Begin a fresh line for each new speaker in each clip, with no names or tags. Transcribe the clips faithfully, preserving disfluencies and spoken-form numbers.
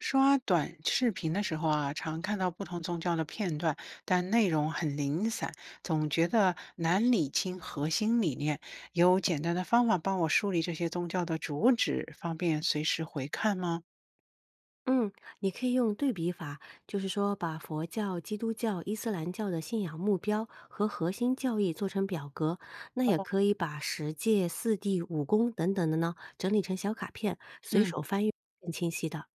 刷短视频的时候啊，常看到不同宗教的片段，但内容很零散，总觉得难理清核心理念。有简单的方法帮我梳理这些宗教的主旨，方便随时回看吗？
嗯，你可以用对比法，就是说把佛教、基督教、伊斯兰教的信仰目标和核心教义做成表格，那也
哦，
可以把十戒、四谛、五功等等的呢整理成小卡片，随
嗯，
手翻阅更清晰的。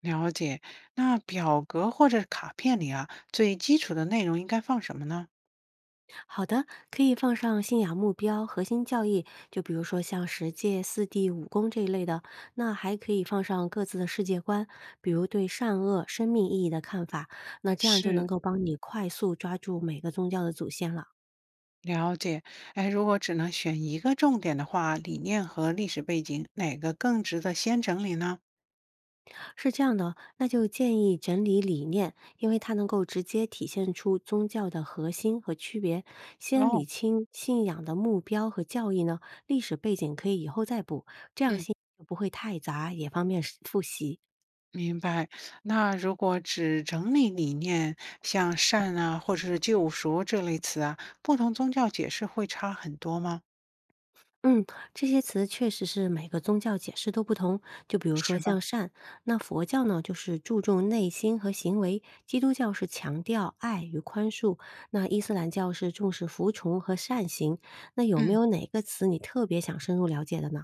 了解。那表格或者卡片里啊，最基础的内容应该放什么呢？
好的，可以放上信仰目标、核心教义，就比如说像十戒、四谛、五功这一类的，那还可以放上各自的世界观，比如对善恶、生命意义的看法，那这样就能
是，
够帮你快速抓住每个宗教的祖先了。
了解，哎，如果只能选一个重点的话，理念和历史背景哪个更值得先整理呢？
是这样的，那就建议整理理念，因为它能够直接体现出宗教的核心和区别。先
哦，
理清信仰的目标和教义呢，历史背景可以以后再补，这样信
嗯。
息就不会太杂，也方便复习。
明白，那如果只整理理念，像善啊，或者是救赎这类词啊，不同宗教解释会差很多吗？
嗯，这些词确实是每个宗教解释都不同。就比如说
是吧？
像善，那佛教呢就是注重内心和行为，基督教是强调爱与宽恕，那伊斯兰教是重视服从和善行。那有没
嗯，
有哪个词你特别想深入了解的呢？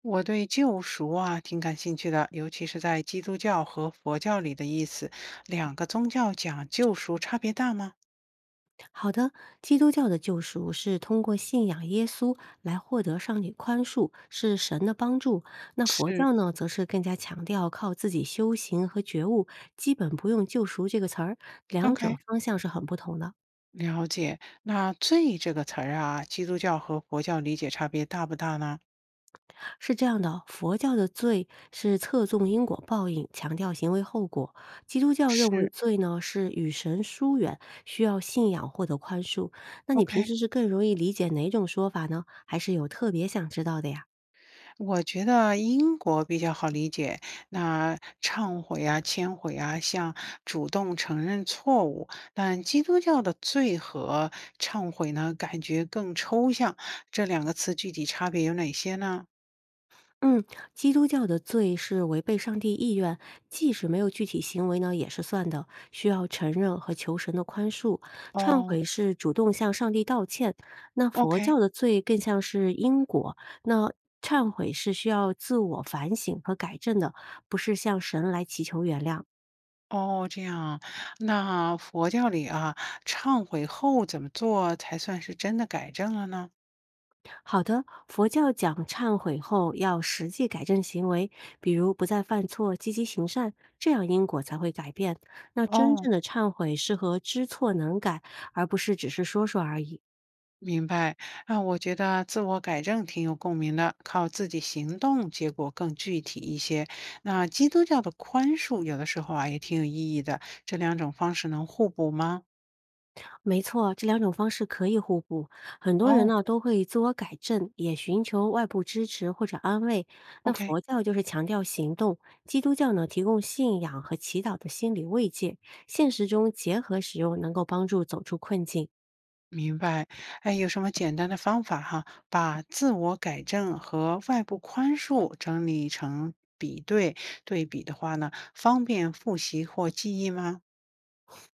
我对救赎啊挺感兴趣的，尤其是在基督教和佛教里的意思。两个宗教讲救赎差别大吗？
好的，基督教的救赎是通过信仰耶稣来获得上帝宽恕，是神的帮助。那佛
是
教呢，则是更加强调靠自己修行和觉悟，基本不用“救赎”这个词儿，两者
，OK，
方向是很不同的。
了解。那“罪”这个词儿啊，基督教和佛教理解差别大不大呢？
是这样的，佛教的罪是侧重因果报应，强调行为后果；基督教认为
是
罪呢是与神疏远，需要信仰获得宽恕。那你平
，OK。
时是更容易理解哪种说法呢？还是有特别想知道的呀？
我觉得英国比较好理解，那忏悔啊、谦悔啊，像主动承认错误。但基督教的罪和忏悔呢，感觉更抽象。这两个词具体差别有哪些呢？
嗯，基督教的罪是违背上帝意愿，即使没有具体行为呢，也是算的，需要承认和求神的宽恕。忏
哦
悔是主动向上帝道歉，那佛
，OK，
教的罪更像是因果，那忏悔是需要自我反省和改正的，不是向神来祈求原谅。
哦，这样。那佛教里啊，忏悔后怎么做才算是真的改正了呢？
好的，佛教讲忏悔后要实际改正行为，比如不再犯错、积极行善，这样因果才会改变。那真
哦。
正的忏悔是和知错能改，而不是只是说说而已。
明白啊，我觉得自我改正挺有共鸣的，靠自己行动，结果更具体一些。那基督教的宽恕有的时候啊也挺有意义的，这两种方式能互补吗？
没错，这两种方式可以互补。很多人
哦
呢都会自我改正，也寻求外部支持或者安慰。那
，OK，
佛教就是强调行动，基督教呢提供信仰和祈祷的心理慰藉，现实中结合使用，能够帮助走出困境。
明白。哎，有什么简单的方法哈，把自我改正和外部宽恕整理成比对对比的话呢，方便复习或记忆吗？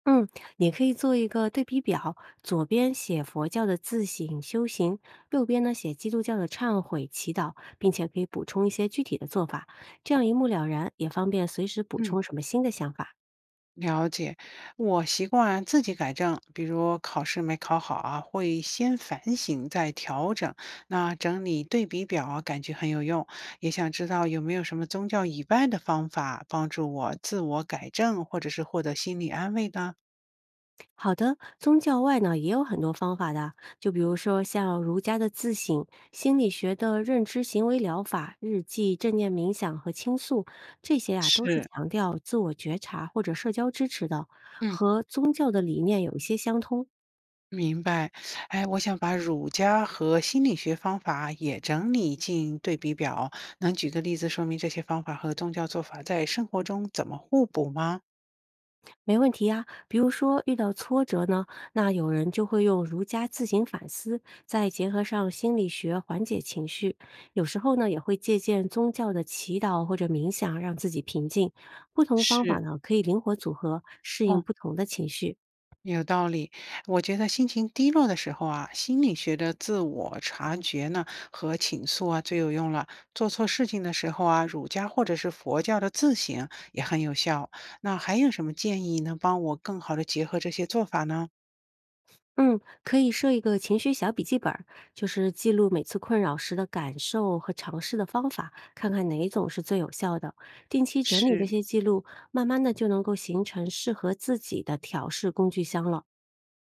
嗯，你可以做一个对比表，左边写佛教的自省修行，右边呢写基督教的忏悔祈祷，并且可以补充一些具体的做法，这样一目了然，也方便随时补
嗯。
充什么新的想法。
了解，我习惯自己改正，比如考试没考好啊，会先反省再调整。那整理对比表啊，感觉很有用。也想知道有没有什么宗教以外的方法帮助我自我改正，或者是获得心理安慰呢？
好的，宗教外呢也有很多方法的，就比如说像儒家的自省、心理学的认知行为疗法、日记、正念冥想和倾诉，这些啊都是
是，
强调自我觉察或者社交支持的，
嗯，
和宗教的理念有一些相通。
明白，哎，我想把儒家和心理学方法也整理进对比表，能举个例子说明这些方法和宗教做法在生活中怎么互补吗？
没问题呀，比如说遇到挫折呢，那有人就会用儒家自行反思，再结合上心理学缓解情绪。有时候呢，也会借鉴宗教的祈祷或者冥想，让自己平静。不同方法
是。
呢，可以灵活组合，适应不同的情绪。
有道理，我觉得心情低落的时候啊，心理学的自我察觉呢和倾诉啊最有用了。做错事情的时候啊，儒家或者是佛教的自省也很有效。那还有什么建议能帮我更好的结合这些做法呢？
嗯，可以设一个情绪小笔记本儿，就是记录每次困扰时的感受和尝试的方法，看看哪一种是最有效的。定期整理这
是，
些记录，慢慢的就能够形成适合自己的调试工具箱了。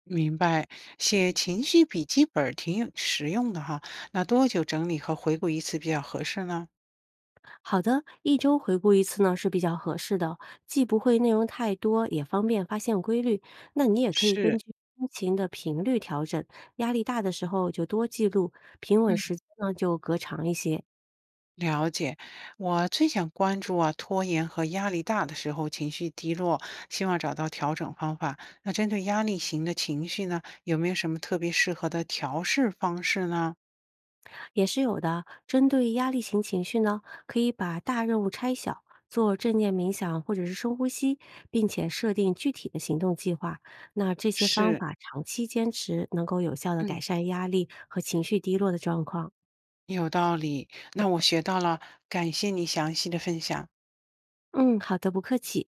明白，写情绪笔记本儿挺有实用的哈。那多久整理和回顾一次比较合适呢？
好的，一周回顾一次呢是比较合适的，既不会内容太多，也方便发现规律。那你也可以根
是。
据心情的频率调整，压力大的时候就多记录，平稳时间呢就隔长一些。
了解，我最想关注啊，拖延和压力大的时候情绪低落，希望找到调整方法。那针对压力型的情绪呢，有没有什么特别适合的调试方式呢？
也是有的。针对压力型情绪呢，可以把大任务拆小，做正念冥想或者是深呼吸，并且设定具体的行动计划。那这些方
是，
法长期坚持，能够有效的
嗯，
改善压力和情绪低落的状况。
有道理。那我学到了，感谢你详细的分享。
嗯，好的，不客气。